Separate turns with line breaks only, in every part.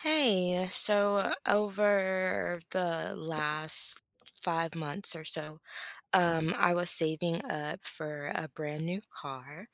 Hey, so over the last 5 months or so,
Uh-huh.
I was saving up for a brand new car,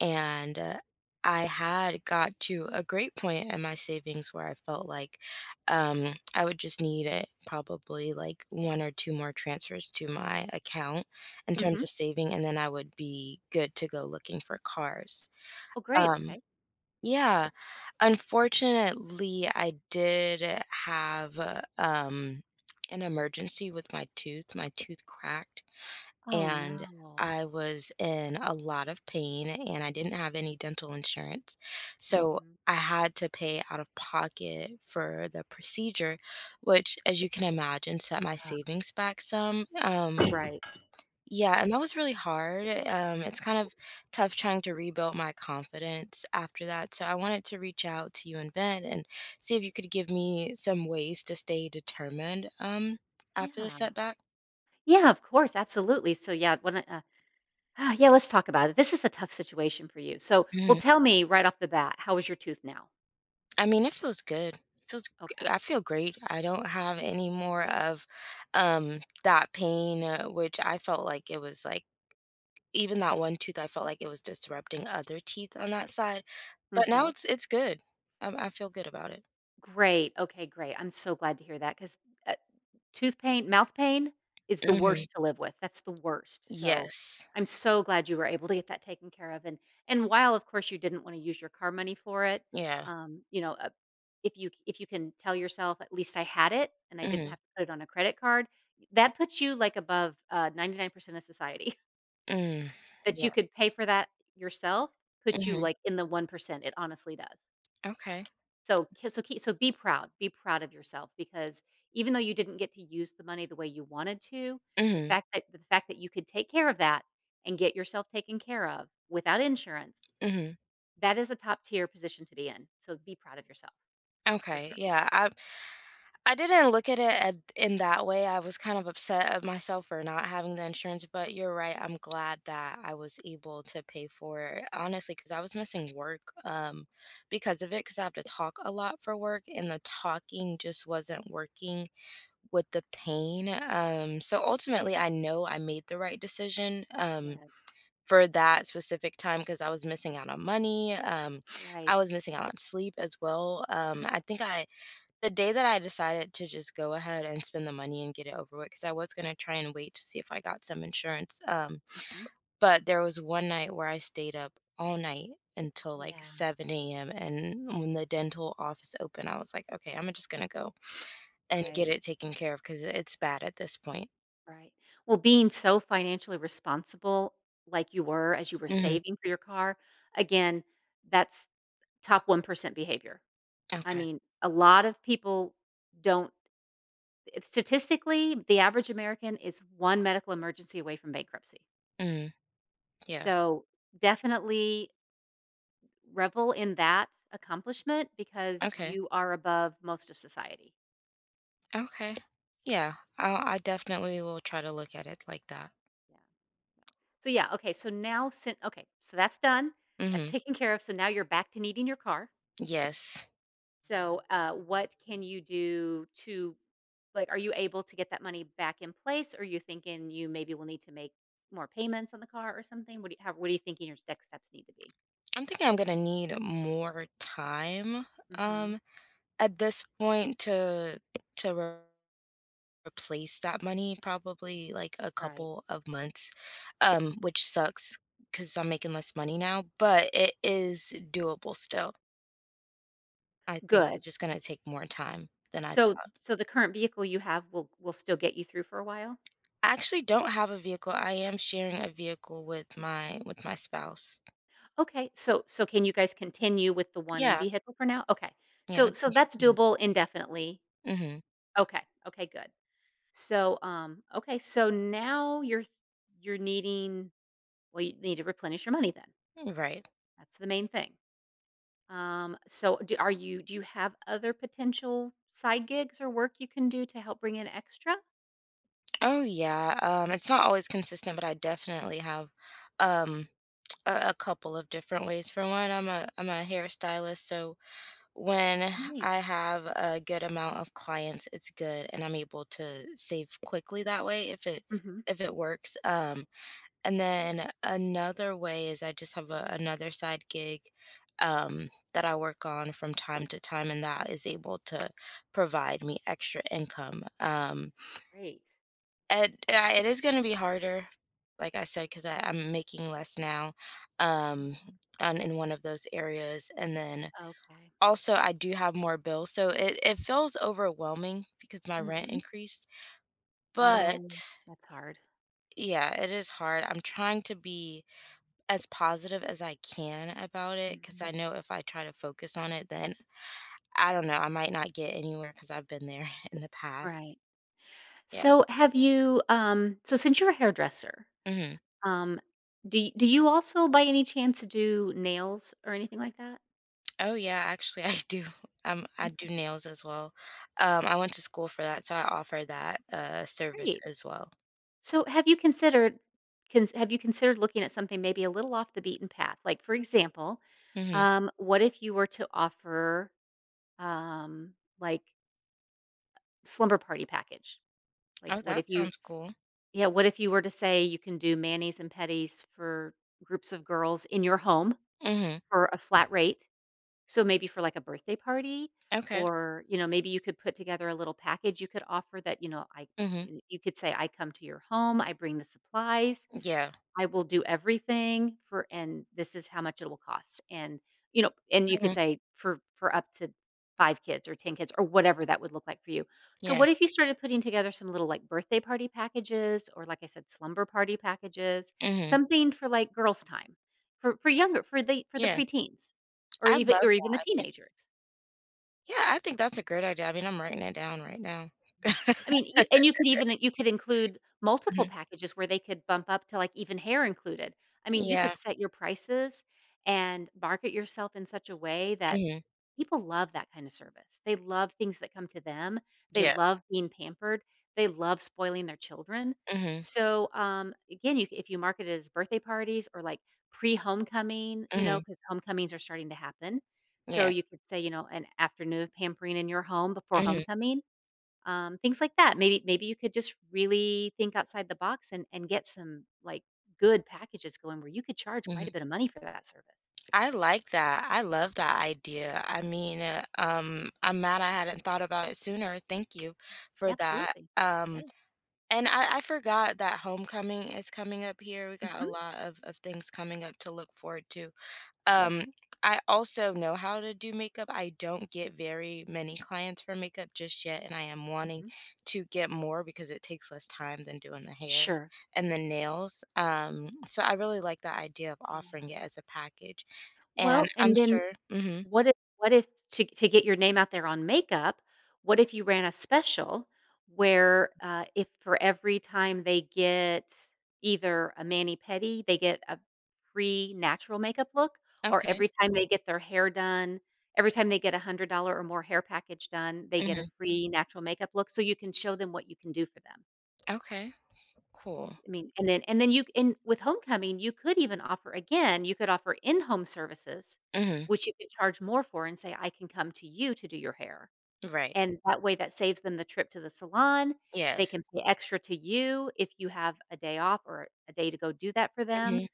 and I had got to a great point in my savings where I felt like I would just need it probably like one or two more transfers to my account in terms
Mhm.
of saving, and then I would be good to go looking for cars.
Oh, great,
Um,
okay.
yeah. Unfortunately, I did have, an emergency with my tooth. My tooth cracked,
Oh,
and
no.
I was in a lot of pain, and I didn't have any dental insurance. So
Mhm.
I had to pay out of pocket for the procedure, which, as you can imagine, set my
Ah,
savings back some.
right.
Yeah, and that was really hard. It's kind of tough trying to rebuild my confidence after that. So I wanted to reach out to you and Ben and see if you could give me some ways to stay determined after the
Yeah.
setback.
Yeah, of course, absolutely. So, yeah, yeah, let's talk about it. This is a tough situation for you. So, well,
Hmm.
tell me right off the bat, how is your tooth now?
I mean, it feels good. It feels
Okay.
I feel great. I don't have any more of that pain, which I felt like it was like even that one tooth. I felt like it was disrupting other teeth on that side, but now
Mhm.
it's good. I feel good about
Great. Okay, great. I'm so glad to hear that because. Tooth pain mouth pain is the
it.
worst to live with, that's the worst, so,
Yes.
I'm so glad you were able to get that taken care of, and while, of course, you didn't wanna use your car money for it,
Yeah.
um, you know, uh, if you can tell yourself, "At least I had it, and I didn't
Mhm.
have to put it on a credit card," that puts you, like, above, 99% of society.
Mm.
That you
Yeah.
could pay for that yourself puts you,
Mhm.
like, in the 1%, it honestly does.
Okay.
So, k so ke so be proud, of yourself because even though you didn't get to use the money the way you wanted to, the
Mhm.
fact that the fact that you could take care of that and get yourself taken care of without insurance,
Mhm.
that is a top tier position to be in. So be proud of yourself for
Okay.
sure.
Yeah. I didn't look at it at, in that way. I was kind of upset at myself for not having the insurance, but you're right. I'm glad that I was able to pay for it. Honestly, cuz I was missing work because of it cuz I have to talk a lot for work and the talking just wasn't working with the pain. So ultimately I know I made the right decision.
Yes.
For that specific time because I was missing out on money.
Right.
I was missing out on sleep as well. I think I the day that I decided to just go ahead and spend the money and get it over with because I was gonna try and wait to see if I got some insurance.
Mhm.
But there was one night where I stayed up all night until like
Yeah.
7 a.m. And when the dental office opened, I was like, okay, I'm just gonna go and get
Right.
it taken care of because it's bad at this point.
Right. Well, being so financially responsible like you were as you were
Hmm.
saving for your car, again, that's top 1% behavior. I
Okay.
mean, a lot of people don't. Statistically, the average American is one medical emergency away from bankruptcy.
Hmm. Yeah.
So, definitely revel in that accomplishment because
Okay.
you are above most of society.
Okay. Yeah, I definitely will try to look at it like that.
Yeah. So, yeah, okay, so now so that's done. That's
Hmm.
taken care of, so now you're back to needing your car.
Yes.
So, what can you do to like, are you able to get that money back in place? Or are you thinking you maybe will need to make more payments on the car or something? What do you have? What do you thinking your next steps need to be?
I'm thinking I'm gonna need more time
Hmm.
um at this point to to re- replace that money, probably like a
Right.
couple of months, which sucks cuz I'm making less money now, but it is doable still. I think
Good.
it's just gonna take more time than I.
So, the current vehicle you have will still get you through for a while.
I actually don't have a vehicle. I am sharing a
Oh,
vehicle with my spouse.
okay. So, can you guys continue with the one
Yeah.
vehicle for now? Okay.
Yeah,
So,
it
so
can
that's
be.
doable indefinitely.
Mhm.
Okay. Okay. Good. So, okay. So now you're th- you're needing Well, you need to replenish your money then.
Right.
That's the main thing. Do you have other potential side gigs or work you can do to help bring in extra?
Oh yeah. It's not always consistent, but I definitely have um a couple of different ways. For one, I'm a hairstylist, so when
Nice.
I have a good amount of clients, it's good, and I'm able to save quickly that way
Mhm.
if it works. And then another way is I just have another side gig that I work on from time to time, and that is able to provide me extra income.
Great.
It, it is going to be harder, like I said, because I'm making less now,
Mm.
um, on, in one of those areas. And then
Okay.
also, I do have more bills. So it feels overwhelming because my rent
Mhm.
increased.
Oh,
But
that's hard.
yeah, it is hard. I'm trying to be as positive as I can about it, because I
Mhm.
know if I try to focus on it, then I don't know, I might not get anywhere because 'cause I've been there in the past.
Right.
Yeah.
So since you're a hairdresser,
Mhm.
um, do you also by any chance do nails or anything like that?
Oh, yeah, actually, I do. I do
Okay.
nails as well. I went to school for that, so I offer that,
Okay.
service
Great.
as well.
So, have you considered looking at something maybe a little off the beaten path? Like, for example,
Mhm.
what if you were to offer, um, like, slumber party package? Like,
Oh, that sounds cool.
what if you were to say you can do manis and petties for groups of girls in your home
Mhm.
for a flat rate? So, maybe for, like, a birthday party
Okay.
or, maybe you could put together a little package you could offer that,
Mhm.
you could say, "I come to your home, I bring the supplies."
Yeah.
I will do everything for and this is how much it will cost. And, and you could
Mhm.
say for up to five kids or 10 kids or whatever that would look like for you. So
Yeah.
what if you started putting together some little like birthday party packages or like I said slumber party packages,
Mhm.
something for like girls time for younger for the
Yeah.
preteens or
I
even
love
or even the
that idea.
teenagers.
Yeah, I think that's a great idea. I mean, I'm writing it down right now.
I mean, you and you could even you could include multiple
Mhm.
packages where they could bump up to, like, even hair included. I mean, you
Yeah.
could set your prices and market yourself in such a way that
Mhm.
people love that kind of service. They love things that come to them. They
Yeah.
love being pampered. They love spoiling their children.
Mhm.
So, again, you c if you market it as birthday parties or, like, pre-homecoming,
Mhm.
because homecomings are starting to happen. So
Yeah.
you could say, an afternoon of pampering in your home before
Mhm,
homecoming, things like that. Maybe you could just really think outside the box and get some like good packages going where you could charge quite
mhm.
a bit of money for that service.
I like that. I love that idea. I mean, I'm mad I hadn't thought about it sooner. Thank you
Yeah,
for that.
absolutely. Yeah.
And I forgot that homecoming is coming up here. We got a
Hmm.
lot of things coming up to look forward to.
Yeah.
Um, I also know how to do makeup. I don't get very many clients for makeup just yet, and I am wanting
Hmm.
to get more because it takes less time than doing the hair
Sure.
and the nails. So I really like the idea of offering
Yeah.
it as a package. And
Well,
I'm
and then
sure mhm,
what if to get your name out there on makeup, what if you ran a special where, if for every time they get either a mani-pedi, they get a free natural makeup look, or
okay,
every time they get a $100 or more hair package done, they get a
mhm,
free natural makeup look, so you can show them what you can do for them.
okay, cool.
I mean, and then you and with homecoming, you could even offer again, you could offer in-home services,
Mhm,
which you could charge more for and say, "I can come to you to do your hair."
right,
And that way that saves them the trip to the salon. They can
yes,
pay extra to you if you have a day off or a day to go do that for them.
mhm,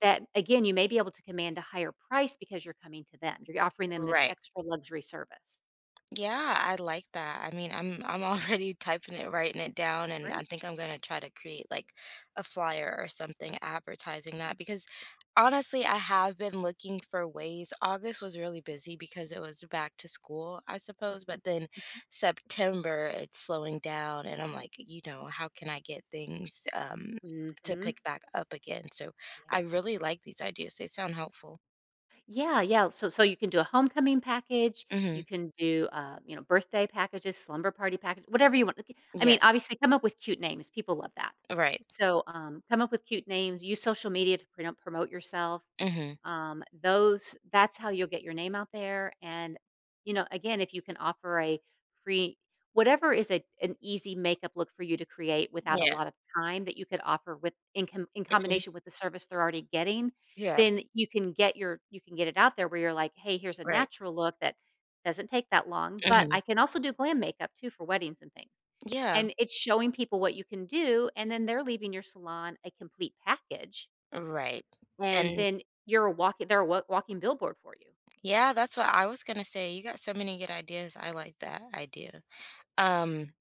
That again, you may be able to command a higher price because you're coming to them. You're offering them this
right.
extra luxury service.
Yeah, I like that. I mean, I'm already typing it, writing it down, and I
Great.
think I'm gonna try to create like a flyer or something advertising
Yeah.
that because honestly, I have been looking for ways. August was really busy because it was back to school, I suppose, but then September it's slowing down, and I'm like, you know, how can I get things
Mhm.
to
Mhm.
pick back up again? So I
Mhm.
really like these ideas. They sound helpful.
Yeah, yeah. So you can do a homecoming package,
Mm-hmm.
you can do, birthday packages, slumber party package, whatever you want. Like, I
Yeah.
mean, obviously come up with cute names, people love that.
Right.
So, come up with cute names, use social media to promote yourself.
Mm-hmm.
Those That's how you'll get your name out there and again, if you can offer a free whatever is a an easy makeup look for you to create without a
Yeah.
lot of time that you could offer with in
Mm-hmm.
combination with the service they're already getting,
Yeah.
then you can get it out there where you're like, "Hey, here's a
Right.
natural look that doesn't take that long, but
Mhm.
I can also do glam makeup too for weddings and things."
Yeah,
And it's showing people what you can do and then they're leaving your salon a complete package
right.
and
And
then you're a walking they're a wa walking billboard for you.
yeah, that's what I was gonna say. You got so many good ideas. I like that idea. Um,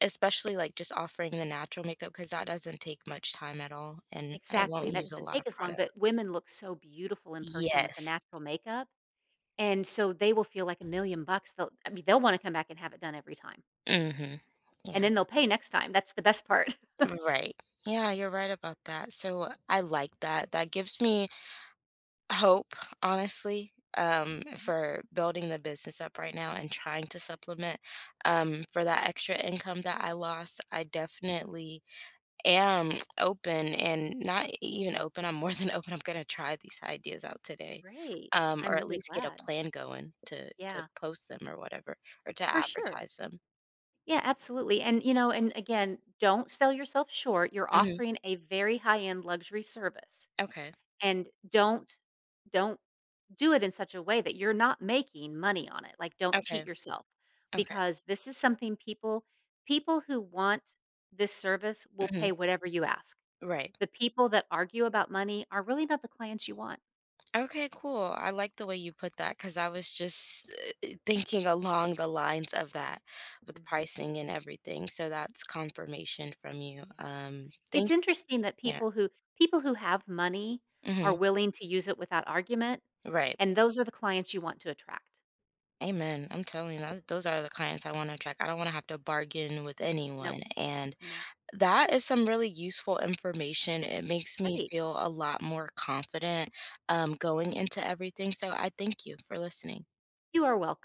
Especially like just offering the natural makeup because that doesn't take much time at all, and I
Exactly,
won't
that
use a
doesn't
lot of
take as long,
product.
but women look so beautiful in person with the
Yes.
natural makeup, and so they will feel like a million bucks, they'll I mean, they'll wanna come back and have it done every time,
Hmm.
and
Yeah.
then they'll pay next time, that's the best part.
Right. Yeah, you're right about that. So I like that. That gives me hope, honestly,
Mhm.
for building the business up right now and trying to supplement, for that extra income that I lost. I definitely am open and not even open. I'm more than open. I'm gonna try these ideas out today,
Great, I'm
or at
really
least get a
glad.
plan going to
Yeah,
post them or whatever, or to
for sure.
advertise them.
Yeah, absolutely, and, and again, don't sell yourself short, you're
Mhm.
offering a very high-end luxury service,
Okay.
and don't do it in such a way that you're not making money on it. Like, don't
Okay.
cheat yourself
Okay.
because this is something people who want this service will
Mhm.
pay whatever you ask.
Right.
The people that argue about money are really not the clients you want.
Okay, cool. I like the way you put that because I was just thinking along the lines of that with
Mhm.
pricing and everything. So that's confirmation from you.
Yeah. It's
Thank
interesting that
you. Yeah.
people who have money
Hmm.
are willing to use it without argument,
Right.
and those are the clients you want to attract.
Amen. I'm telling you, those are the clients I want to attract. I don't want to have to bargain with
Nope.
anyone. And
No.
that is some really useful information. It makes me
Great.
feel a lot more confident, going into everything. So I thank you for listening.
You are welcome.